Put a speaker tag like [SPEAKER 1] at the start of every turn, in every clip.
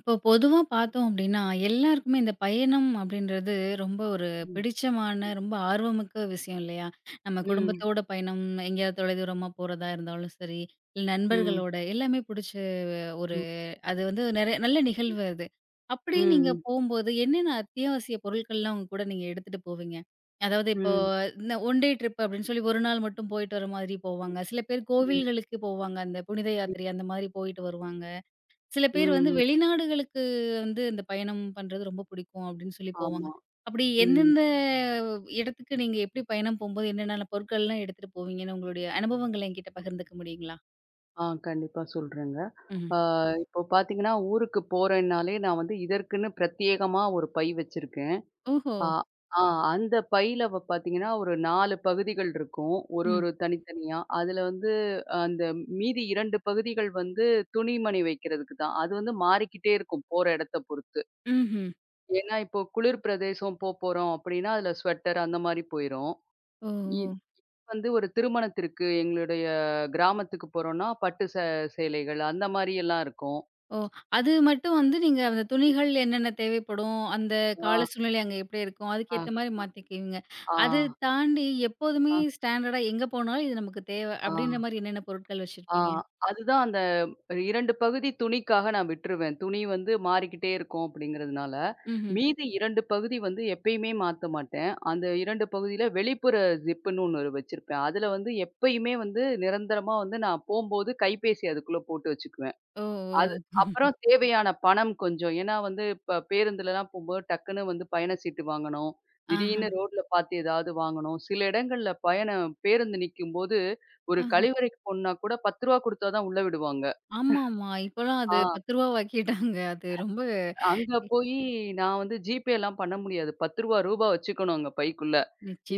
[SPEAKER 1] இப்போ பொதுவா பார்த்தோம் அப்படின்னா, எல்லாருக்குமே இந்த பயணம் அப்படின்றது ரொம்ப ஒரு
[SPEAKER 2] ம்.
[SPEAKER 1] பிடிச்சமான, ரொம்ப ஆர்வமிக்க விஷயம் இல்லையா? நம்ம
[SPEAKER 2] ம்.
[SPEAKER 1] குடும்பத்தோட பயணம், எங்கேயாவது தொலைதூரமா போறதா இருந்தாலும் சரி, இல்ல
[SPEAKER 2] ம்.
[SPEAKER 1] நண்பர்களோட எல்லாமே பிடிச்ச ஒரு
[SPEAKER 2] ம்.
[SPEAKER 1] அது வந்து நிறைய நல்ல நிகழ்வு அது. அப்படி நீங்க
[SPEAKER 2] ம்.
[SPEAKER 1] போம்போது என்னென்ன அத்தியாவசிய பொருட்கள்லாம் உங்க கூட நீங்க எடுத்துட்டு போவீங்க? அதாவது இப்போ
[SPEAKER 2] ம்.
[SPEAKER 1] இந்த ஒன் டே ட்ரிப் அப்படின்னு சொல்லி 1 நாள் மட்டும் போயிட்டு வர மாதிரி போவாங்க. சில பேர்
[SPEAKER 2] ம்.
[SPEAKER 1] கோவில்களுக்கு போவாங்க. அந்த புனித யாத்திரை அந்த மாதிரி போயிட்டு வருவாங்க. சில பேர் வந்து
[SPEAKER 2] ம்.
[SPEAKER 1] வெளிநாடுகளுக்கு வந்து இந்த பயணம் பண்றது ரொம்ப பிடிக்கும் அப்படின்னு சொல்லி போவாங்க.
[SPEAKER 2] ஆமா.
[SPEAKER 1] அப்படி
[SPEAKER 2] ம்.
[SPEAKER 1] எந்தெந்த இடத்துக்கு நீங்க எப்படி பயணம் போம்போது என்னென்ன பொருட்கள்லாம் எடுத்துட்டு போவீங்கன்னு உங்களுடைய அனுபவங்கள என்கிட்ட பகிர்ந்துக்க முடியுங்களா?
[SPEAKER 2] ஆ, கண்டிப்பா சொல்றேங்க.
[SPEAKER 1] ம்ஹ்ம்.
[SPEAKER 2] ஆ, இப்போ பார்த்தீங்கன்னா, ஊருக்கு போறேன்னாலே நான் வந்து இதற்குன்னு பிரத்யேகமா ஒரு பை வச்சிருக்கேன்.
[SPEAKER 1] ஓஹோ!
[SPEAKER 2] ஆ ஆ அந்த பையில பார்த்தீங்கன்னா, ஒரு 4 பகுதிகள் இருக்கும். ஒரு
[SPEAKER 1] ம்.
[SPEAKER 2] ஒரு தனித்தனியா. அதுல வந்து அந்த மீதி 2 பகுதிகள் வந்து துணிமணி வைக்கிறதுக்கு தான். அது வந்து மாறிக்கிட்டே இருக்கும் போற இடத்த பொறுத்து.
[SPEAKER 1] ம்ஹ்ம்.
[SPEAKER 2] ஏன்னா, இப்போ குளிர் பிரதேசம் போறோம் அப்டின்னா, அதுல ஸ்வெட்டர் அந்த மாரி போயிரும்.
[SPEAKER 1] ஓ!
[SPEAKER 2] இது
[SPEAKER 1] ஓ!
[SPEAKER 2] வந்து ஒரு திருமணத்திற்கு எங்களுடைய கிராமத்துக்கு போறோம்னா, பட்டு சேலைகள் அந்த மாரி எல்லாம் இருக்கும்.
[SPEAKER 1] ஓ! அது மட்டும் வந்து நீங்க அந்த துணிகள் என்னென்ன தேவைப்படும்? அந்த
[SPEAKER 2] ஆ,
[SPEAKER 1] கால சூழ்நிலை அங்க எப்படி இருக்கும்?
[SPEAKER 2] ஆ,
[SPEAKER 1] அதுக்கேத்த மாரி மாத்திக்குவீங்க.
[SPEAKER 2] ஆ,
[SPEAKER 1] அது தாண்டி எப்போதுமே
[SPEAKER 2] ஆ,
[SPEAKER 1] ஸ்டாண்டர்டா எங்க போனாலும் இது நமக்கு தேவை
[SPEAKER 2] ஆ,
[SPEAKER 1] அப்படின்ற மாரி என்னென்ன பொருட்கள்
[SPEAKER 2] ஆ.
[SPEAKER 1] வச்சிருப்பீங்க?
[SPEAKER 2] அதுதான் அந்த 2 பகுதி துணிக்காக நான் விட்டுருவேன். துணி வந்து மாறிக்கிட்டே இருக்கும் அப்படிங்கிறதுனால.
[SPEAKER 1] ம்ஹ்ம்.
[SPEAKER 2] மீதி 2 பகுதி வந்து எப்பயுமே மாத்த மாட்டேன். அந்த 2 பகுதியில வெளிப்புற ஜிப்புன்னு ஒண்ணு வச்சிருப்பேன். அதுல வந்து எப்பயுமே வந்து நிரந்தரமா வந்து நான் போம்போது கைபேசி அதுக்குள்ள போட்டு வச்சுக்குவேன்.
[SPEAKER 1] ஓ!
[SPEAKER 2] அது.
[SPEAKER 1] ஓ!
[SPEAKER 2] அப்புறம் தேவையான பணம் கொஞ்சம். ஏன்னா வந்து இப்ப பேருந்துலலாம் போம்போது டக்குன்னு வந்து பயண சீட்டு வாங்கணும்.
[SPEAKER 1] ஆஹா.
[SPEAKER 2] திடீர்னு ரோட்ல பார்த்து ஏதாவது வாங்கணும். சில இடங்கள்ல பயணம் பேருந்து நிக்கும்போது, ஒரு
[SPEAKER 1] அ
[SPEAKER 2] கழிவறைக்கு போணும்னா கூட ரூ. 10 குடுத்தா தான் உள்ள விடுவாங்க.
[SPEAKER 1] ஆமாமா. இப்பலாம் அது
[SPEAKER 2] ஆ,
[SPEAKER 1] ரூ. 10 ஆக்கிட்டாங்க. அது ரொம்ப
[SPEAKER 2] அங்க போயி நான் வந்து ஜிபேலாம் பண்ண முடியாது. ரூ. 10 ரூபா வச்சுக்கணும் அங்க பைக்குள்ள.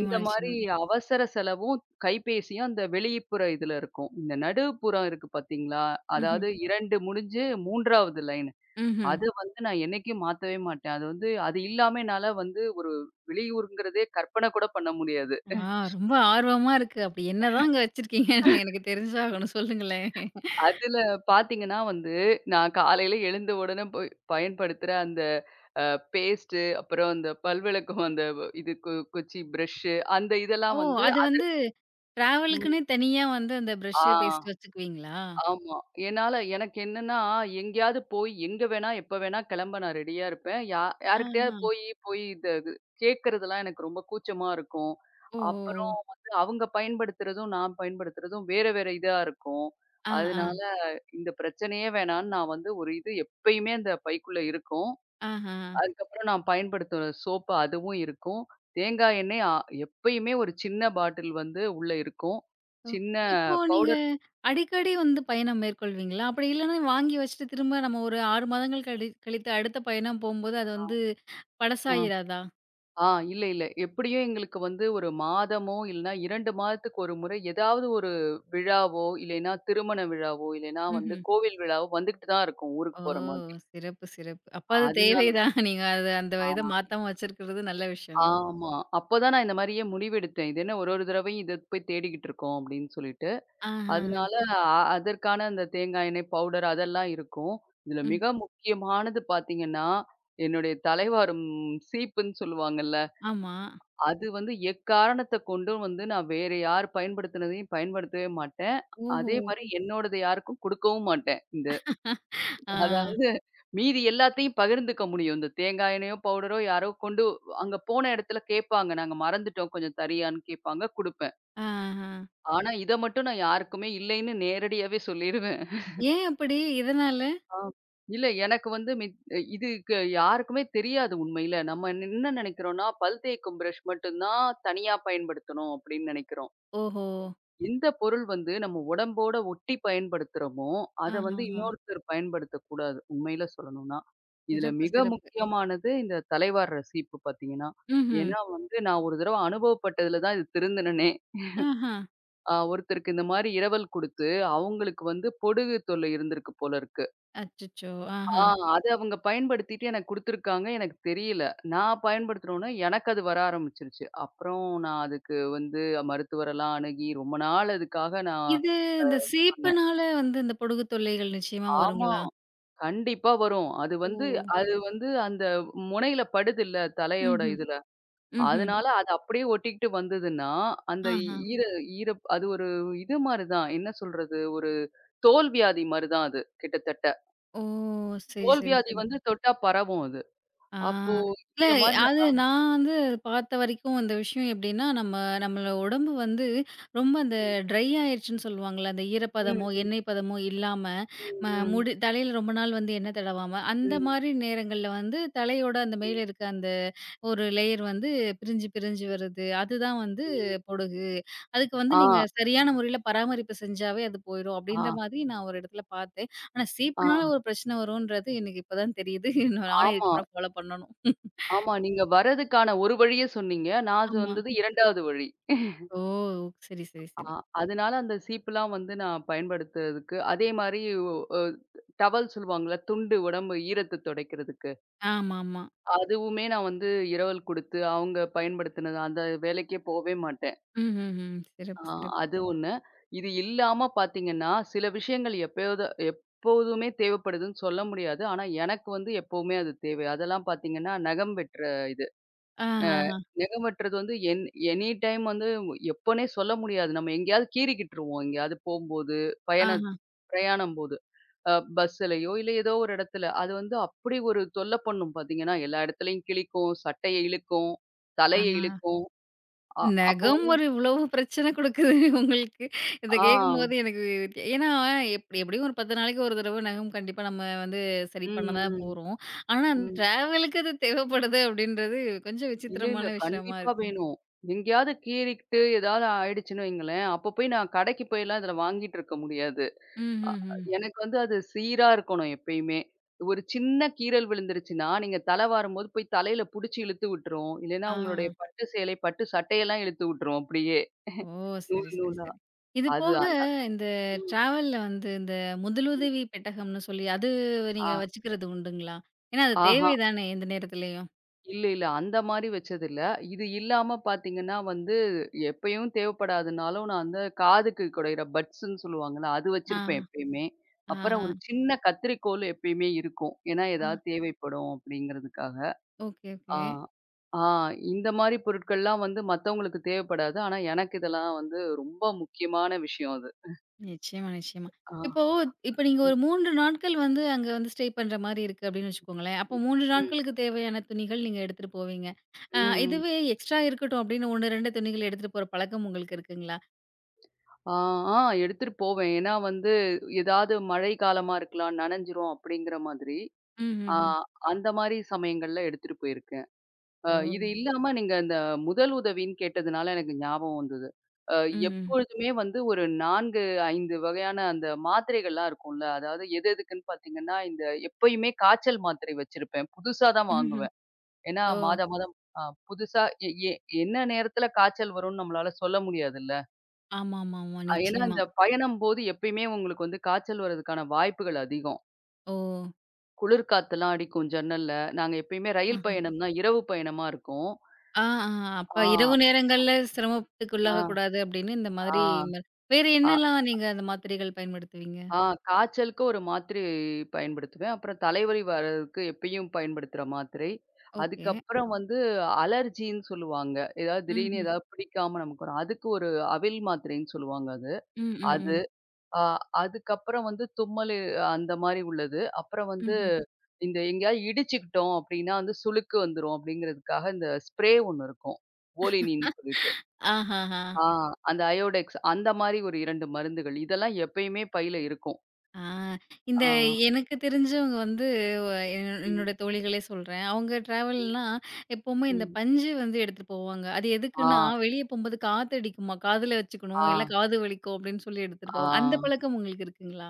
[SPEAKER 2] இந்த மாரி
[SPEAKER 1] நிச்சயமா.
[SPEAKER 2] அவசர செலவும், கைபேசியும் அந்த வெளிப்புற இதுல இருக்கும். இந்த நடுப்புறம் இருக்கு பார்த்தீங்களா?
[SPEAKER 1] ம்ஹ்ம்.
[SPEAKER 2] அதாவது 2 முடிஞ்சு 3வது லைன்.
[SPEAKER 1] ம்ஹ்ம்.
[SPEAKER 2] அத வந்து நான் என்னைக்கும் மாத்தவே மாட்டேன். அது வந்து அது இல்லாம என்னால வந்து ஒரு வெளியூருங்கிறதே கற்பனை கூட பண்ண முடியாது.
[SPEAKER 1] ஆ ரொம்ப ஆர்வமா இருக்கு. அப்படி என்னதாங்க வச்சிருக்கீங்கன்னு எனக்கு தெரிஞ்சாகணும். சொல்லுங்களேன்.
[SPEAKER 2] அதுல பாத்தீங்கன்னா வந்து, நான் காலையில எழுந்த உடனே போய் பயன்படுத்துற அந்த அ பேஸ்ட்டு, அப்புறம் அந்த பல்விளக்கும் அந்த இது குச்சி, பிரஷ்ஷு அந்த
[SPEAKER 1] ஓ!
[SPEAKER 2] இதெல்லாம் வந்து.
[SPEAKER 1] அது வந்து
[SPEAKER 2] ம்.
[SPEAKER 1] டிராவலுக்குன்னே தனியா வந்து அந்த
[SPEAKER 2] ஆ.
[SPEAKER 1] Brush, paste வச்சுக்குவீங்களா?
[SPEAKER 2] ஆமா. என்னால எனக்கு என்னன்னா, எங்கேயாவது போய் எங்க வேணா, எப்ப வேணா கிளம்ப நான் ரெடியா இருப்பேன். யார்கிட்டயாவது
[SPEAKER 1] ஆஹா.
[SPEAKER 2] போயி போயி இது இது கேட்கறதெல்லாம் எனக்கு ரொம்ப கூச்சமா இருக்கும்.
[SPEAKER 1] ஓ! ஓ! ஓ!
[SPEAKER 2] அப்புறம் வந்து அவங்க பயன்படுத்துறதும், நான் பயன்படுத்துறதும் வேற வேற இதா இருக்கும்.
[SPEAKER 1] ஆ, ஆ.
[SPEAKER 2] அதனால இந்த பிரச்சனையே வேணான்னு நான் வந்து ஒரு இது எப்பயுமே அந்த பைக்குள்ள இருக்கும்.
[SPEAKER 1] ஆஹா.
[SPEAKER 2] அதுக்கப்புறம் நான் பயன்படுத்துற சோப்பு அதுவும் இருக்கும். தேங்காய் எண்ணெய் எப்பயுமே ஒரு சின்ன பாட்டில் வந்து உள்ள இருக்கும்.
[SPEAKER 1] ஓ!
[SPEAKER 2] சின்ன
[SPEAKER 1] இப்போ நீங்க
[SPEAKER 2] பவுடர்.
[SPEAKER 1] அடிக்கடி வந்து பயணம் மேற்கொள்வீங்களா? அப்படி இல்லன்னா வாங்கி வச்சுட்டு திரும்ப நம்ம ஒரு 6 மாதங்கள் கழித்து அடுத்த பயணம் போம்போது அது வந்து
[SPEAKER 2] ஆ.
[SPEAKER 1] பழசாயிராதா?
[SPEAKER 2] ஆ, இல்ல, இல்ல. எப்படியும் எங்களுக்கு வந்து ஒரு மாதமோ, இல்லன்னா 2 மாதத்துக்கு ஒரு முறை ஏதாவது ஒரு விழாவோ, இல்லைன்னா திருமண விழாவோ, இல்லைன்னா வந்து
[SPEAKER 1] ம்ஹ்ம்.
[SPEAKER 2] கோவில் விழாவோ வந்துகிட்டு தான் இருக்கும்
[SPEAKER 1] ஓ!
[SPEAKER 2] ஊருக்கு போற மாதிரி.
[SPEAKER 1] சிறப்பு, சிறப்பு. அப்ப அது
[SPEAKER 2] அதனால
[SPEAKER 1] தேவைதான். நீங்க அத அந்த இத
[SPEAKER 2] தான்.
[SPEAKER 1] மாத்தாம வச்சிருக்கிறது நல்ல விஷயம் தான்.
[SPEAKER 2] ஆமா. அப்பதான் நான் இந்த மாரியே முடிவெடுத்தேன். இது என்ன ஒரு ஒரு தடவையும் இத போய் தேடிக்கிட்டு இருக்கோம் அப்படின்னு சொல்லிட்டு.
[SPEAKER 1] ஆஹஹ.
[SPEAKER 2] அதனால அ அதற்கான அந்த தேங்காய் எண்ணெய் பவுடர் அதெல்லாம் இருக்கும். இதுல
[SPEAKER 1] ம்.
[SPEAKER 2] மிக முக்கியமானது பார்த்தீங்கன்னா, என்னுடைய தலைவாரும் சீப்புன்னு சொல்லுவாங்கல்ல.
[SPEAKER 1] ஆமா.
[SPEAKER 2] அது வந்து எக்காரணத்தக் கொண்டும் வந்து நான் வேற யார் பயன்படுத்தினதையும் பயன்படுத்தவே மாட்டேன்.
[SPEAKER 1] ஓஹோ!
[SPEAKER 2] அதே மாரி என்னோடது யாருக்கும் குடுக்கவும் மாட்டேன்.
[SPEAKER 1] ஆ.
[SPEAKER 2] அதாவது மீதி எல்லாத்தையும் பகிர்ந்துக்க முடியும். இந்த தேங்காய் எண்ணெயோ, பவுடரோ யாரோ கொண்டு அங்க போன இடத்துல கேட்பாங்க. "நாங்க மறந்துட்டோம். கொஞ்சம் தரியான்னு?" கேட்பாங்க. குடுப்பேன்.
[SPEAKER 1] ஆஹா.
[SPEAKER 2] ஆனா இத மட்டும் நான் யாருக்குமே இல்லைன்னு நேரடியாவே சொல்லிருவேன்.
[SPEAKER 1] ஏன் அப்படி? எதனால?
[SPEAKER 2] ஆ. இல்ல, எனக்கு வந்து இது யாருக்குமே தெரியாது உண்மையில. நம்ம என்ன நெனைக்கிறோம்னா, பல் தேய்க்கும் பிரஷ் மட்டும் தான் தனியா பயன்படுத்தணும் அப்படின்னு நெனைக்கிறோம்.
[SPEAKER 1] ஓஹோ!
[SPEAKER 2] எந்த பொருள் வந்து நம்ம உடம்போட ஒட்டி பயன்படுத்துறோமோ, அத வந்து
[SPEAKER 1] ஆஹஹா.
[SPEAKER 2] இன்னொருத்தர் பயன்படுத்தக்கூடாது. உண்மையில சொல்லணும்னா. இதுல
[SPEAKER 1] சிறப்பு,
[SPEAKER 2] மிக
[SPEAKER 1] சிறப்பு.
[SPEAKER 2] முக்கியமானது இந்த தலைவார்ற சீப்பு பார்த்தீங்கன்னா.
[SPEAKER 1] ம்ஹ்ம்.
[SPEAKER 2] ஏன்னா வந்து நான் ஒரு தடவ அனுபவப்பட்டதுல தான் இது திருந்துனனே.
[SPEAKER 1] ஆஹா.
[SPEAKER 2] ஒருத்தருக்கு இந்த மாரி இரவல் குடுத்து, அவங்களுக்கு வந்து பொடுகு தொல்லை இருந்திருக்கு போல இருக்கு.
[SPEAKER 1] அச்சச்சோ!
[SPEAKER 2] ஆ,
[SPEAKER 1] ஆஹா.
[SPEAKER 2] அது அவங்க பயன்படுத்திட்டு எனக்கு குடுத்துருக்காங்க. எனக்கு தெரியல. நான் பயன்படுத்தினோனே எனக்கு அது வர ஆரம்பிச்சுருச்சு. அப்புறம் நான் அதுக்கு வந்து மருத்துவரெல்லாம் அணுகி ரொம்ப நாள் அதுக்காக நான்
[SPEAKER 1] இது
[SPEAKER 2] அ
[SPEAKER 1] இந்த
[SPEAKER 2] பண்ணேன்.
[SPEAKER 1] சேப்புனால வந்து இந்த பொடுகு தொல்லைகள் நிச்சயமா
[SPEAKER 2] ஆமா.
[SPEAKER 1] வருங்களா?
[SPEAKER 2] கண்டிப்பா வரும். அது
[SPEAKER 1] ஓ!
[SPEAKER 2] வந்து அது வந்து அந்த முனையில படுதுல்ல தலையோட
[SPEAKER 1] ம்ஹ்ம்,
[SPEAKER 2] இதுல.
[SPEAKER 1] ம்ஹ்ம்.
[SPEAKER 2] அதனால அது அப்படியே ஒட்டிக்கிட்டு வந்ததுன்னா, அந்த
[SPEAKER 1] ஆஹா.
[SPEAKER 2] ஈர ஈர அது ஒரு இது மாரி தான். என்ன சொல்றது? ஒரு தோல் வியாதி மாரி தான் அது கிட்டத்தட்ட.
[SPEAKER 1] ஓ! சரி,
[SPEAKER 2] தோல்
[SPEAKER 1] சரி,
[SPEAKER 2] வியாதி
[SPEAKER 1] சரி.
[SPEAKER 2] வந்து தொட்டா பரவும் அது.
[SPEAKER 1] ஆ.
[SPEAKER 2] அப்போ
[SPEAKER 1] இல்ல,
[SPEAKER 2] இந்த மாரி.
[SPEAKER 1] அது நான் வந்து பார்த்த வரைக்கும் இந்த விஷயம் எப்படின்னா, நம்மள உடம்பு வந்து ரொம்ப அந்த
[SPEAKER 2] ம்,
[SPEAKER 1] ட்ரை ஆயிருச்சுன்னு சொல்லுவாங்கல்ல, அந்த ஈரப்பதமோ,
[SPEAKER 2] ம்,
[SPEAKER 1] எண்ணெய் பதமோ இல்லாம, ம
[SPEAKER 2] ம்,
[SPEAKER 1] முடி தலையில ரொம்ப நாள் வந்து எண்ணெய் தடவாம, அந்த
[SPEAKER 2] ம்,
[SPEAKER 1] மாரி நேரங்கள்ல வந்து தலையோட அந்த மேல
[SPEAKER 2] ம்,
[SPEAKER 1] இருக்க அந்த ஒரு லேயர் வந்து பிரிஞ்சு, பிரிஞ்சு வருது. அதுதான் வந்து
[SPEAKER 2] ம்.
[SPEAKER 1] பொடுகு. அதுக்கு வந்து நீங்க
[SPEAKER 2] ஆ,
[SPEAKER 1] சரியான முறையில பராமரிப்பு செஞ்சாவே அது போயிரும். அப்படின்ற
[SPEAKER 2] ஆ,
[SPEAKER 1] மாதிரி நான் ஒரு இடத்துல பார்த்தேன். ஆனா
[SPEAKER 2] ஆ.
[SPEAKER 1] சீப்புனால ஒரு பிரச்சனை வரும்ன்றது எனக்கு இப்ப தான் தெரியுது. இன்னும் நானும்
[SPEAKER 2] ஆமா,
[SPEAKER 1] இதுக்கப்புறம் ஃபாலோ பண்ணணும்.
[SPEAKER 2] ஆமா. நீங்க வரதுக்கான ஒரு வழிய சொன்னீங்க. நான் அது
[SPEAKER 1] ஆமா.
[SPEAKER 2] வந்தது 2வது வழி.
[SPEAKER 1] ஓ! சரி, சரி,
[SPEAKER 2] ஆ,
[SPEAKER 1] சரி.
[SPEAKER 2] அதனால அந்த சீப்புலாம் வந்து நான் பயன்படுத்துறதுக்கு அதே மாரி ஒ அ டவல் சொல்லுவாங்கல்ல, துண்டு உடம்பு ஈரத்த துடைக்கிறதுக்கு.
[SPEAKER 1] ஆமாமா.
[SPEAKER 2] அதுவுமே நான் வந்து இரவல் குடுத்து, அவங்க பயன்படுத்தினது அந்த வேலைக்கே போவே மாட்டேன்.
[SPEAKER 1] ம்ஹ்ஹ்ம்.
[SPEAKER 2] ஆ,
[SPEAKER 1] சிறப்பு, சிறப்பு.
[SPEAKER 2] அது ஒண்ணு. இது இல்லாம பார்த்தீங்கன்னா, சில விஷயங்கள் எப்பயாவது எப்போதுமே தேவைப்படுதுன்னு சொல்ல முடியாது. ஆனா, எனக்கு வந்து எப்பவுமே அது தேவை. அதெல்லாம் பார்த்தீங்கன்னா, நகம் வெட்டுற இது. அ
[SPEAKER 1] ஆஹஹா.
[SPEAKER 2] நகம் வெட்டுறது வந்து எனி டைம் வந்து எப்போன்னே சொல்ல முடியாது. நம்ம எங்கேயாவது கீறிக்கிட்டுருவோம். எங்கேயாவது போம்போது, பயண
[SPEAKER 1] ஆஹா.
[SPEAKER 2] பிரயாணம் போது. அ பஸ்ஸுலயோ இல்ல ஏதோ ஒரு இடத்துல. அது வந்து அப்படி ஒரு தொல்ல பண்ணும் பார்த்தீங்கன்னா, எல்லா இடத்துலயும் கிழிக்கும், சட்டைய இழுக்கும்,
[SPEAKER 1] ஆ.
[SPEAKER 2] தலைய இழுக்கும். அ அப்போ
[SPEAKER 1] நகம்
[SPEAKER 2] வந்து.
[SPEAKER 1] ஒரு இவ்வளவு பிரச்சனை குடுக்குது உங்களுக்கு. இத
[SPEAKER 2] ஆ.
[SPEAKER 1] கேட்கும்போது எனக்கு ஏன்னா எப்டி எப்டியும் ஒரு 10 நாளைக்கு ஒரு தடவ நகம் கண்டிப்பா நம்ம வந்து சரி பண்ண
[SPEAKER 2] ம்,
[SPEAKER 1] தான்
[SPEAKER 2] ம்,
[SPEAKER 1] போறோம். ஆனா அந்த
[SPEAKER 2] ம்.
[SPEAKER 1] டிராவலுக்கு அது தேவைப்படுது அப்டின்றது கொஞ்சம்
[SPEAKER 2] இல்ல,
[SPEAKER 1] விசித்திரமான
[SPEAKER 2] இல்ல.
[SPEAKER 1] விஷயமா
[SPEAKER 2] கண்டிப்பா
[SPEAKER 1] இருக்கு.
[SPEAKER 2] வேணும். எங்கேயாவது கீறிக்கிட்டு ஏதாவது ஆயிடுச்சுன்னு வைங்களேன், அப்ப போய் நான் கடைக்கு போய்லாம் இதில வாங்கிட்டு இருக்க முடியாது. அ
[SPEAKER 1] ம்ஹ்ஹ்ம்.
[SPEAKER 2] எனக்கு வந்து அது சீரா இருக்கணும் எப்பயுமே. ஒரு சின்ன கீறல் விழுந்துருச்சுன்னா, நீங்க தலை வாரும்போது போய் தலையில புடிச்சு இழுத்து விட்டுரும். இல்லைன்னா
[SPEAKER 1] ஆ.
[SPEAKER 2] உங்களுடைய பட்டு சேலை, பட்டு சட்டையெல்லாம் இழுத்து விட்டுரும் அப்படியே.
[SPEAKER 1] ஓ! சரி,
[SPEAKER 2] நூல்
[SPEAKER 1] சரி,
[SPEAKER 2] நூலா.
[SPEAKER 1] சரி. இது
[SPEAKER 2] அது
[SPEAKER 1] போக
[SPEAKER 2] அந்த.
[SPEAKER 1] இந்த
[SPEAKER 2] ம்.
[SPEAKER 1] டிராவல்ல வந்து இந்த முதலுதவி பெட்டகம்னு சொல்லி அது
[SPEAKER 2] ஆ.
[SPEAKER 1] நீங்க வச்சுக்கிறது உண்டுங்களா? ஏன்னா அது
[SPEAKER 2] ஆஹா.
[SPEAKER 1] தேவை தானே எந்த நேரத்துலயும்.
[SPEAKER 2] இல்ல, இல்ல. அந்த மாரி வச்சதில்ல. இது இல்லாம பார்த்தீங்கன்னா வந்து, எப்பயும் தேவைப்படாதுனாலும், நான் அந்த காதுக்கு குடையிற பட்ஸ்ன்னு சொல்லுவாங்கல்ல, அது
[SPEAKER 1] ஆ,
[SPEAKER 2] வச்சிருப்பேன் எப்பயுமே.
[SPEAKER 1] ஆ,
[SPEAKER 2] அப்புறம் ஒரு சின்ன கத்தரிக்கோல் எப்பயுமே இருக்கும். ஏன்னா,
[SPEAKER 1] ஆ.
[SPEAKER 2] ஏதாவது தேவைப்படும் அப்படிங்கிறதுக்காக.
[SPEAKER 1] Okay, okay.
[SPEAKER 2] ஆ. ஆ, இந்த மாரி பொருட்கள்லாம் வந்து மத்தவங்களுக்கு தேவைப்படாது. ஆனா, எனக்கு இதெல்லாம் வந்து ரொம்ப முக்கியமான விஷயம் அது.
[SPEAKER 1] நிச்சயமா, நிச்சயமா.
[SPEAKER 2] ஆ.
[SPEAKER 1] இப்போ இப்ப நீங்க ஒரு 3 நாட்கள் வந்து அங்க வந்து ஸ்டே பண்ற மாரி இருக்கு அப்படின்னு வச்சுக்கோங்களேன். அப்போ 3
[SPEAKER 2] ம்.
[SPEAKER 1] நாட்களுக்கு தேவையான துணிகள் நீங்க எடுத்துட்டு போவீங்க. அ
[SPEAKER 2] ம்.
[SPEAKER 1] இதுவே எக்ஸ்ட்ரா இருக்கட்டும் அப்படின்னு 1, 2 துணிகள் எடுத்துட்டு போற பழக்கம் உங்களுக்கு இருக்குங்களா?
[SPEAKER 2] ஆ, ஆ, எடுத்துட்டு போவேன். ஏன்னா வந்து, ஏதாவது மழை காலமா இருக்கலாம், நனைஞ்சிரும் அப்படிங்கிற மாதிரி. ஆ,
[SPEAKER 1] ம்ஹ்ஹ்ம்.
[SPEAKER 2] அந்த மாரி சமயங்கள்ல எடுத்துட்டு போயிருக்கேன். அ
[SPEAKER 1] ஓ!
[SPEAKER 2] இது இல்லாம நீங்க இந்த முதல் உதவின்னு கேட்டதுனால எனக்கு ஞாபகம் வந்தது. அ
[SPEAKER 1] ம்.
[SPEAKER 2] எப்பொழுதுமே வந்து ஒரு 4, 5 வகையான அந்த மாத்திரைகள்லாம் இருக்கும்ல. அதாவது எது எதுக்குன்னு பார்த்தீங்கன்னா, இந்த எப்பயுமே காய்ச்சல் மாத்திரை வச்சிருப்பேன். புதுசா தான்
[SPEAKER 1] ம்ஹ்ம்.
[SPEAKER 2] வாங்குவேன். ஏன்னா
[SPEAKER 1] ஓ!
[SPEAKER 2] மாதா மாதம் அ புதுசா எ எ என்ன நேரத்துல காய்ச்சல் வரும்னு நம்மளால சொல்ல முடியாதுல்ல.
[SPEAKER 1] ஆமாமாமா.
[SPEAKER 2] ஏன்னா
[SPEAKER 1] நிச்சயமா.
[SPEAKER 2] இந்த பயணம் போது எப்பயுமே உங்களுக்கு வந்து காய்ச்சல் வர்றதுக்கான வாய்ப்புகள் அதிகம்.
[SPEAKER 1] ஓ!
[SPEAKER 2] குளிர் காத்தெல்லாம் அடிக்கும் ஜன்னல்ல. நாங்க எப்பயுமே ரயில்
[SPEAKER 1] ஆஹ.
[SPEAKER 2] பயணம் தான், இரவு பயணமா இருக்கும்.
[SPEAKER 1] ஆ, ஆ. அப்ப இரவு
[SPEAKER 2] ஆ,
[SPEAKER 1] நேரங்கள்ல சிரமத்துக்கு
[SPEAKER 2] ஆ,
[SPEAKER 1] உள்ளாகக்கூடாது அப்படின்னு இந்த மாதிரி
[SPEAKER 2] ஆ,
[SPEAKER 1] ம- வேற
[SPEAKER 2] ஆ,
[SPEAKER 1] என்னலாம் நீங்க அந்த மாத்திரைகள் பயன்படுத்துவீங்க?
[SPEAKER 2] ஆ, காய்ச்சலுக்கு ஒரு மாத்திரை பயன்படுத்துவேன். அப்புறம் தலைவலி வர்றதுக்கு எப்பயும் பயன்படுத்துற மாத்திரை.
[SPEAKER 1] ஓகே.
[SPEAKER 2] அதுக்கப்புறம் வந்து அலர்ஜின்னு சொல்லுவாங்க. ஏதாவது திடீர்னு
[SPEAKER 1] ம்ஹ்ம்.
[SPEAKER 2] ஏதாவது பிடிக்காம நமக்கு வரும். அதுக்கு ஒரு அவில் மாத்திரைன்னு சொல்லுவாங்க அது.
[SPEAKER 1] ம், ம்,
[SPEAKER 2] அது.
[SPEAKER 1] ம்.
[SPEAKER 2] ஆ, அதுக்கப்புறம் வந்து தும்மல், அந்த மாரி உள்ளது. அப்புறம் வந்து
[SPEAKER 1] ம்ஹ்ம்.
[SPEAKER 2] இந்த எங்கேயாவது இடிச்சுக்கிட்டோம் அப்டின்னா வந்து சுளுக்கு வந்துரும் அப்டிங்கிறதுக்காக இந்த ஸ்ப்ரே ஒண்ணு இருக்கும். ஓலினின்னு சொல்லிட்டு.
[SPEAKER 1] ஆஹாஹா.
[SPEAKER 2] ஆ, அந்த அயோடெக்ஸ் அந்த மாரி ஒரு 2 மருந்துகள். இதெல்லாம் எப்பயுமே பையில இருக்கும்.
[SPEAKER 1] ஆ, இந்த
[SPEAKER 2] ஆ.
[SPEAKER 1] எனக்கு தெரிஞ்சவங்க வந்து வ
[SPEAKER 2] ம்,
[SPEAKER 1] என்னோட தோழிகளே சொல்றேன். அவங்க
[SPEAKER 2] ம்,
[SPEAKER 1] ட்ராவல்னா எப்பவுமே இந்த
[SPEAKER 2] ம்.
[SPEAKER 1] பஞ்சு வந்து எடுத்துட்டு போவாங்க. அது
[SPEAKER 2] ஆ,
[SPEAKER 1] எதுக்குன்னா, வெளிய போம்போது காத்தடிக்குமா, காதுல வச்சுக்கணும், இல்ல
[SPEAKER 2] ஆ,
[SPEAKER 1] காது வலிக்கும் அப்படின்னு சொல்லி எடுத்துட்டு
[SPEAKER 2] ஆ.
[SPEAKER 1] போவாங்க. அந்த பழக்கம் உங்களுக்கு இருக்குங்களா?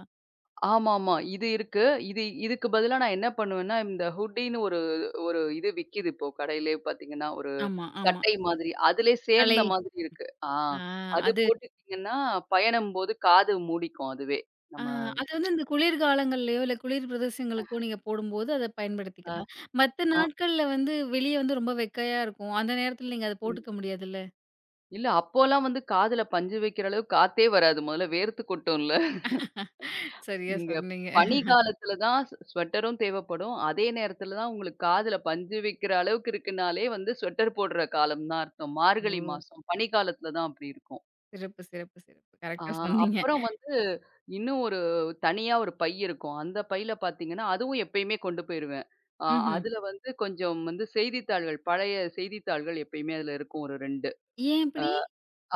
[SPEAKER 2] ஆமாமா. இது இருக்கு. இதுக்கு பதிலா நான் என்ன பண்ணுவேன்னா, இந்த ஹூடின்னு ஒரு ஒரு இது விக்கிது இப்போ கடையிலே பார்த்தீங்கன்னா, ஒரு
[SPEAKER 1] ஆமா, ஆமா.
[SPEAKER 2] சட்டை மாதிரி. அதிலே
[SPEAKER 1] தலை
[SPEAKER 2] சேர்ந்த மாதிரி இருக்கு. ஆ,
[SPEAKER 1] ஆ
[SPEAKER 2] அது
[SPEAKER 1] அது
[SPEAKER 2] போட்டுக்கிட்டீங்கன்னா, பயணம்போது காது மூடிக்கும் அதுவே.
[SPEAKER 1] ஆ
[SPEAKER 2] நம்ம.
[SPEAKER 1] அது வந்து இந்த குளிர்காலங்கள்லயோ, இல்ல குளிர் பிரதேசங்களுக்கோ நீங்க போடும்போது அத பயன்படுத்திக்கலாம். மத்த
[SPEAKER 2] ஆ,
[SPEAKER 1] நாட்கள்ல வந்து வெளிய வந்து ரொம்ப வெக்கையா இருக்கும். அந்த நேரத்துல நீங்க அத
[SPEAKER 2] ம்.
[SPEAKER 1] போட்டுக்க முடியாதுல்ல?
[SPEAKER 2] இல்ல, அப்போலாம் வந்து காதுல பஞ்சு வைக்கிற அளவுக்கு காத்தே வராது. முதல்ல வேர்த்து கொட்டும்ல.
[SPEAKER 1] சரியா
[SPEAKER 2] நீங்க
[SPEAKER 1] சொன்னீங்க.
[SPEAKER 2] பனி காலத்துல தான் ஸ்வெட்டரும் தேவைப்படும். அதே நேரத்துல தான் உங்களுக்கு காதுல பஞ்சு வைக்கிற அளவுக்கு இருக்குனாலே வந்து ஸ்வெட்டர் போடுற காலம் தான் அர்த்தம்.
[SPEAKER 1] ஓ!
[SPEAKER 2] மார்கழி மாசம் பனி காலத்துல தான் அப்படி இருக்கும்.
[SPEAKER 1] சிறப்பு, சிறப்பு, சிறப்பு.
[SPEAKER 2] ஆ,
[SPEAKER 1] கரெக்ட்டா சொன்னீங்க.
[SPEAKER 2] அப்புறம் வந்து இன்னும் ஒரு தனியா ஒரு பை இருக்கும். அந்த பையில பார்த்தீங்கன்னா, அதுவும் எப்பயுமே கொண்டு போயிருவேன். ஆ,
[SPEAKER 1] ம்ஹ்ம்.
[SPEAKER 2] அதுல வந்து கொஞ்சம் வந்து செய்தித்தாள்கள், பழைய செய்தித்தாள்கள் எப்பயுமே அதுல இருக்கும் ஒரு 2.
[SPEAKER 1] ஏன் அப்படி?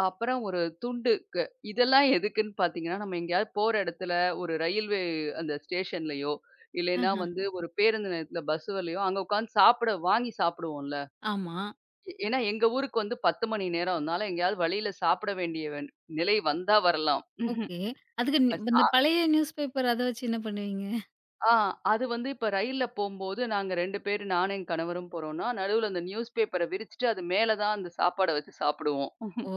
[SPEAKER 2] அப்புறம் ஒரு துண்டு. இதெல்லாம் எதுக்குன்னு பார்த்தீங்கன்னா, நம்ம எங்கேயாவது போற இடத்துல ஒரு ரயில்வே அந்த ஸ்டேஷன்லயோ, இல்லைன்னா
[SPEAKER 1] ஆஹ.
[SPEAKER 2] வந்து ஒரு பேருந்து நிலையத்துல பஸ்ஸுலயோ அங்க உட்காந்து சாப்பிட வாங்கி சாப்பிடுவோம்ல.
[SPEAKER 1] ஆமா.
[SPEAKER 2] ஏன்னா எங்க ஊருக்கு வந்து 10 மணி நேரம். அதனால எங்கேயாவது வழியில சாப்பிட வேண்டிய நிலை வந்தா வரலாம்.
[SPEAKER 1] ஓகே. அதுக்கு
[SPEAKER 2] அ சா
[SPEAKER 1] இந்த பழைய நியூஸ் பேப்பர் அத வச்சு என்ன பண்ணுவீங்க?
[SPEAKER 2] ஆ, அது வந்து இப்ப ரயில்ல போம்போது நாங்க 2 பேரு, நானும் என் கணவரும் போறோம்னா, நடுவுல அந்த நியூஸ் பேப்பர விரிச்சுட்டு அது மேல தான் அந்த சாப்பாட வச்சு சாப்பிடுவோம்.
[SPEAKER 1] ஓ!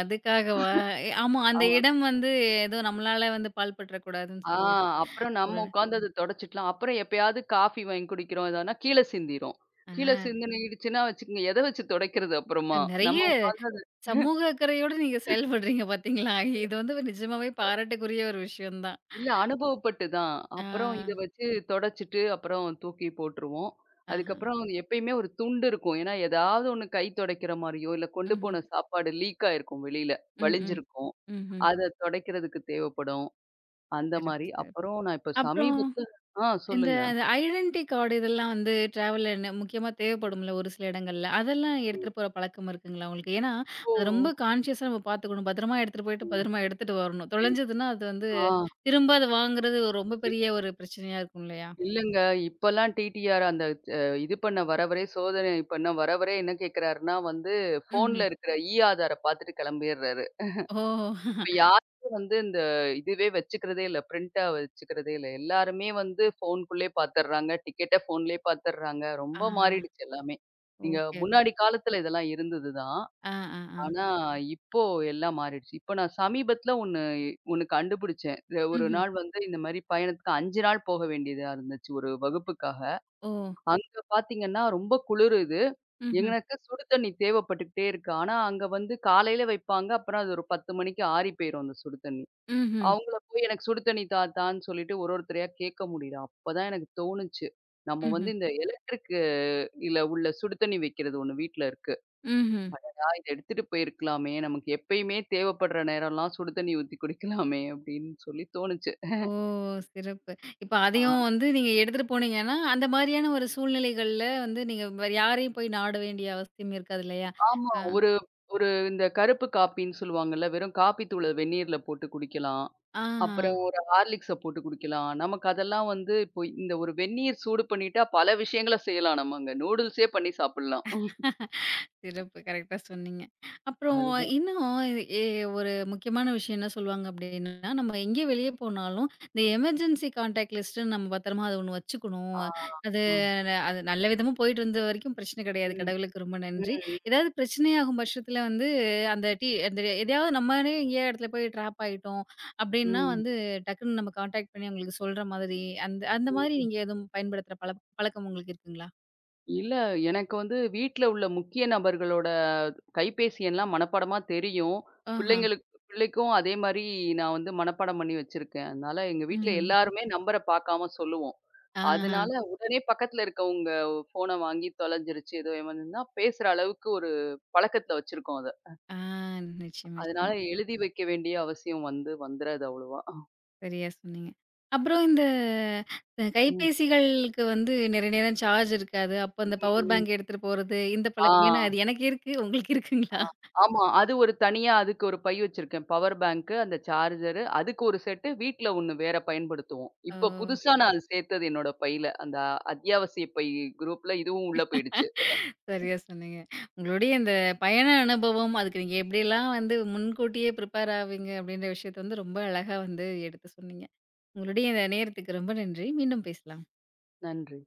[SPEAKER 1] அதுக்காகவா? ஆமா. அந்த
[SPEAKER 2] ஆ.
[SPEAKER 1] இடம் வந்து ஏதோ நம்மளால வந்து பாழ்பற்றக் கூடாதுன்னு
[SPEAKER 2] ஆ,
[SPEAKER 1] சொல்லிட்டு.
[SPEAKER 2] அப்புறம்
[SPEAKER 1] ஒரு
[SPEAKER 2] நம்ம உட்காந்து அத தொடச்சுக்கலாம். அப்புறம் எப்பயாவது காஃபி வாங்கி குடிக்கிறோம். எதனா கீழ சிந்திரும். கீழ
[SPEAKER 1] ஆ
[SPEAKER 2] சிந்துனீடுச்சுன்னா வச்சுக்கங்க, எத வச்சு தொடைக்கிறது அப்புறமா?
[SPEAKER 1] நெறைய
[SPEAKER 2] நம்ம உட்காந்து அது.
[SPEAKER 1] சமூக அக்கறையோட நீங்க செயல்படுறீங்க பார்த்தீங்களா? இது வந்து நிஜமாவே பாராட்டுக்குரிய ஒரு விஷயம் தான்.
[SPEAKER 2] இல்ல, அனுபவப்பட்டு தான்.
[SPEAKER 1] ஆ.
[SPEAKER 2] அப்புறம் இத வச்சு தொடச்சுட்டு, அப்புறம் தூக்கி போட்டுருவோம்.
[SPEAKER 1] ஆஹ.
[SPEAKER 2] அதுக்கப்புறம் அது எப்பயுமே ஒரு துண்டு இருக்கும். ஏன்னா, ஏதாவது ஒண்ணு கை தொடைக்கிற மாரியோ, இல்ல கொண்டு
[SPEAKER 1] ம்ஹ்ம்.
[SPEAKER 2] போன சாப்பாடு லீக் ஆயிருக்கும் வெளியில.
[SPEAKER 1] ம், ம்.
[SPEAKER 2] வழிஞ்சிருக்கும்.
[SPEAKER 1] ம்ஹ்ம்.
[SPEAKER 2] அத தொடைக்கிறதுக்கு தேவைப்படும். அந்த
[SPEAKER 1] சிறப்பு,
[SPEAKER 2] மாரி.
[SPEAKER 1] சிறப்பு.
[SPEAKER 2] அப்புறம் நான் இப்ப
[SPEAKER 1] அப்புறம்
[SPEAKER 2] சமீபத்தில. ஆ, சொல்லுங்க.
[SPEAKER 1] அந்த ஐடென்டி கார்டு இதெல்லாம் வந்து டிராவல்ல முக்கியமா தேவைப்படும்ல ஒரு சில இடங்கள்ல. அதெல்லாம் எடுத்துட்டு போற பழக்கம் இருக்குங்களா உங்களுக்கு? ஏன்னா,
[SPEAKER 2] ஓ.
[SPEAKER 1] அது ரொம்ப கான்ஷியஸா நம்ம பார்த்துக்கணும். பத்திரமா எடுத்துட்டு போயிட்டு,
[SPEAKER 2] ம்.
[SPEAKER 1] பத்திரமா எடுத்துட்டு வரணும்.
[SPEAKER 2] இல்
[SPEAKER 1] தொலைஞ்சதுன்னா, அது வந்து
[SPEAKER 2] ஆ.
[SPEAKER 1] திரும்ப அத வாங்குறது ஒரு ரொம்ப
[SPEAKER 2] இல்ல,
[SPEAKER 1] பெரிய ஒரு பிரச்சனையா இருக்கும் இல்லையா?
[SPEAKER 2] இல்லங்க. இப்பலாம் டிடிஆர் அந்த அ இது பண்ண வரவரே, சோதனை பண்ண வரவரே என்ன கேட்கிறாருன்னா வந்து,
[SPEAKER 1] ம்ஹ்ம்.
[SPEAKER 2] ஃபோன்ல இருக்கிற ஆதார பார்த்துட்டு கிளம்பிர்றாரு.
[SPEAKER 1] ஓ!
[SPEAKER 2] இப்ப யாருமே வந்து இதுவே வச்சுக்கிறதே இல்ல. பிரிண்டா வச்சுக்கிறதே இல்ல. எல்லாருமே வந்து ஃபோன்க்குள்ளயே பார்த்துர்றாங்க. டிக்கெட்ட ஃபோன்லயே பார்த்துர்றாங்க.
[SPEAKER 1] ஆ
[SPEAKER 2] ரொம்ப மாறிடுச்சு எல்லாமே. நீங்க
[SPEAKER 1] ஓகே.
[SPEAKER 2] முன்னாடி காலத்துல இதெல்லாம் இருந்தது தான்.
[SPEAKER 1] ஆ, ஆ, ஆ.
[SPEAKER 2] ஆனா, இப்போ எல்லாம் மாறிடுச்சு. இப்போ நான் சமீபத்தில ஒண்ணு ஒண்ணு கண்டுபிடிச்சேன். ஒரு
[SPEAKER 1] ம்ஹ்ம்.
[SPEAKER 2] நாள் வந்து இந்த மாரி பயணத்துக்கு 5 நாள் போக வேண்டியதா இருந்துச்சு ஒரு வகுப்புக்காக.
[SPEAKER 1] ஓ!
[SPEAKER 2] அங்க பார்த்தீங்கன்னா, ரொம்ப குளிருது.
[SPEAKER 1] ம்ஹ்ம்.
[SPEAKER 2] எனக்கு சுடு தண்ணி தேவைப்பட்டுக்கிட்டே இருக்கு. ஆனா, அங்க வந்து காலையில வைப்பாங்க. அப்புறம் அது ஒரு 10 மணிக்கு ஆறி போயிரும் அந்த சுடு தண்ணி.
[SPEAKER 1] ம்ஹ்ம்.
[SPEAKER 2] அவங்கள போய் எனக்கு சுடு தண்ணி தா தான்னு சொல்லிட்டு ஒருத்தரையா கேட்க முடியல. அப்பதான் எனக்கு தோணுச்சு. நம்ம வந்து
[SPEAKER 1] ம்ஹ்ம்.
[SPEAKER 2] இந்த எலக்ட்ரிக் உள்ள சுடு தண்ணி வைக்கிறது ஒண்ணு வீட்ல இருக்கு.
[SPEAKER 1] ம்ஹ்ம். ம்ஹ்ம்.
[SPEAKER 2] இத எடுத்துட்டு போயிருக்கலாமே! நமக்கு எப்பயுமே தேவைப்படுற நேரம்லாம் சுடு தண்ணி ஊத்தி குடிக்கலாமே! அப்படின்னு சொல்லி தோணுச்சு.
[SPEAKER 1] ஓ! சிறப்பு. இப்ப
[SPEAKER 2] ஆ,
[SPEAKER 1] அதையும் வந்து நீங்க எடுத்துட்டு போனீங்கன்னா, அந்த மாரியான ஒரு சூழ்நிலைகள்ல வந்து நீங்க வேற யாரையும் போய் நாட வேண்டிய அவசியம் இருக்காது இல்லையா?
[SPEAKER 2] ஆமா.
[SPEAKER 1] அ
[SPEAKER 2] ஒரு ஒரு இந்த கருப்பு காப்பின்னு சொல்லுவாங்கல்ல, வெறும் காப்பி தூள வெந்நீர்ல போட்டு குடிக்கலாம்.
[SPEAKER 1] ஆஹா.
[SPEAKER 2] அப்புறம் ஒரு ஹார்லிக்ஸ போட்டு குடிக்கலாம். நமக்கு அதெல்லாம் வந்து இப்போ இந்த ஒரு வெந்நீர் சூடு பண்ணிட்டா பல விஷயங்கள செய்யலாம் நம்ம அங்க. நூடுல்ஸே பண்ணி சாப்பிடலாம்.
[SPEAKER 1] சிறப்பு. கரெக்ட்டா சொன்னீங்க. அப்புறம்
[SPEAKER 2] அதுதான்.
[SPEAKER 1] இன்னும் எ ஒரு முக்கியமான விஷயம் என்ன சொல்லுவாங்க அப்டின்னா, நம்ம எங்கே வெளிய போனாலும், இந்த எமர்ஜென்சி கான்டாக்ட் லிஸ்ட்டுன்னு நம்ம பத்திரமா அது ஒண்ணு வச்சுக்கணும்.
[SPEAKER 2] ஆ,
[SPEAKER 1] அது
[SPEAKER 2] ஆ.
[SPEAKER 1] அது நல்ல விதமா போயிட்டு இருந்த வரைக்கும் பிரச்சனை கிடையாது.
[SPEAKER 2] ம்.
[SPEAKER 1] கடவுளுக்கு ரொம்ப நன்றி.
[SPEAKER 2] ம்.
[SPEAKER 1] ஏதாவது பிரச்சனையாகும் பட்சத்தில வந்து அந்த டீ அந்த எதையாவது நம்மளே எங்கேயோ இடத்துல போய் ட்ராப் ஆயிட்டோம் அப்டின்னா
[SPEAKER 2] ம். ம்.
[SPEAKER 1] வந்து டக்குன்னு நம்ம கான்டாக்ட் பண்ணி அவங்களுக்கு சொல்ற மாதிரி, அந்த அந்த மாதிரி
[SPEAKER 2] ம்.
[SPEAKER 1] நீங்க எதுவும் பயன்படுத்துற பழக்கம் உங்களுக்கு இருக்குங்களா?
[SPEAKER 2] இல்ல, எனக்கு வந்து வீட்ல உள்ள முக்கிய நபர்களோட கைபேசி எல்லாம் மனப்பாடமா தெரியும்.
[SPEAKER 1] ஆஹா.
[SPEAKER 2] பிள்ளைக்கும் அதே மாரி நான் வந்து மனப்பாடம் பண்ணி வச்சிருக்கேன். அதனால எங்க வீட்ல
[SPEAKER 1] ம்ஹ்ம்.
[SPEAKER 2] எல்லாருமே நம்பர பாக்காம சொல்லுவோம்.
[SPEAKER 1] ஆஹ.
[SPEAKER 2] அதனால உடனே பக்கத்துல இருக்கவங்க ஃபோன வாங்கி தொலைஞ்சிருச்சு, ஏதோ ஏமாந்துதுன்னா பேசுற அளவுக்கு ஒரு பழக்கத்துல வச்சிருக்கோம் அத.
[SPEAKER 1] ஆ நிச்சயமா, நிச்சயமா.
[SPEAKER 2] அதனால எழுதி வைக்க வேண்டிய அவசியம் வந்து வந்துராது அவ்வளவா.
[SPEAKER 1] சரியா சொன்னீங்க. அப்புறம் இந்த
[SPEAKER 2] ம்.
[SPEAKER 1] கைபேசிகளுக்கு வந்து நிறைய நேரம் சார்ஜ் இருக்காது. அப்போ
[SPEAKER 2] ம்.
[SPEAKER 1] அந்த பவர்
[SPEAKER 2] ம்.
[SPEAKER 1] பேங்க் எடுத்துட்டு போறது, இந்த
[SPEAKER 2] ஆ.
[SPEAKER 1] பழக்கம் ஏன்னா அது எனக்கு இருக்கு. உங்களுக்கு
[SPEAKER 2] ஆ,
[SPEAKER 1] இருக்குங்களா?
[SPEAKER 2] ஆமா. அது ஒரு தனியா அதுக்கு ஒரு பை வச்சிருக்கேன். பவர் பேங்க்கு, அந்த சார்ஜரு, அதுக்கு ஒரு செட்டு, வீட்ல ஒண்ணு வேற பயன்படுத்துவோம்.
[SPEAKER 1] ஓ!
[SPEAKER 2] இப்போ புதுசா நான் அது சேர்த்தது என்னோட பையில. அந்த அத்தியாவசிய பை குரூப்ல இதுவும் உள்ள போயிடுச்சு.
[SPEAKER 1] சரியா சொன்னீங்க. உங்களுடைய இந்த பயண அனுபவம், அதுக்கு நீங்க எப்படியெல்லாம் வந்து முன்கூட்டியே ப்ரிப்பேர் ஆவீங்க அப்படின்ற விஷயத்த வந்து ரொம்ப அழகா வந்து எடுத்து சொன்னீங்க. உங்களுடைய இந்த நேரத்துக்கு ரொம்ப நன்றி. மீண்டும் பேசலாம்.
[SPEAKER 2] நன்றி.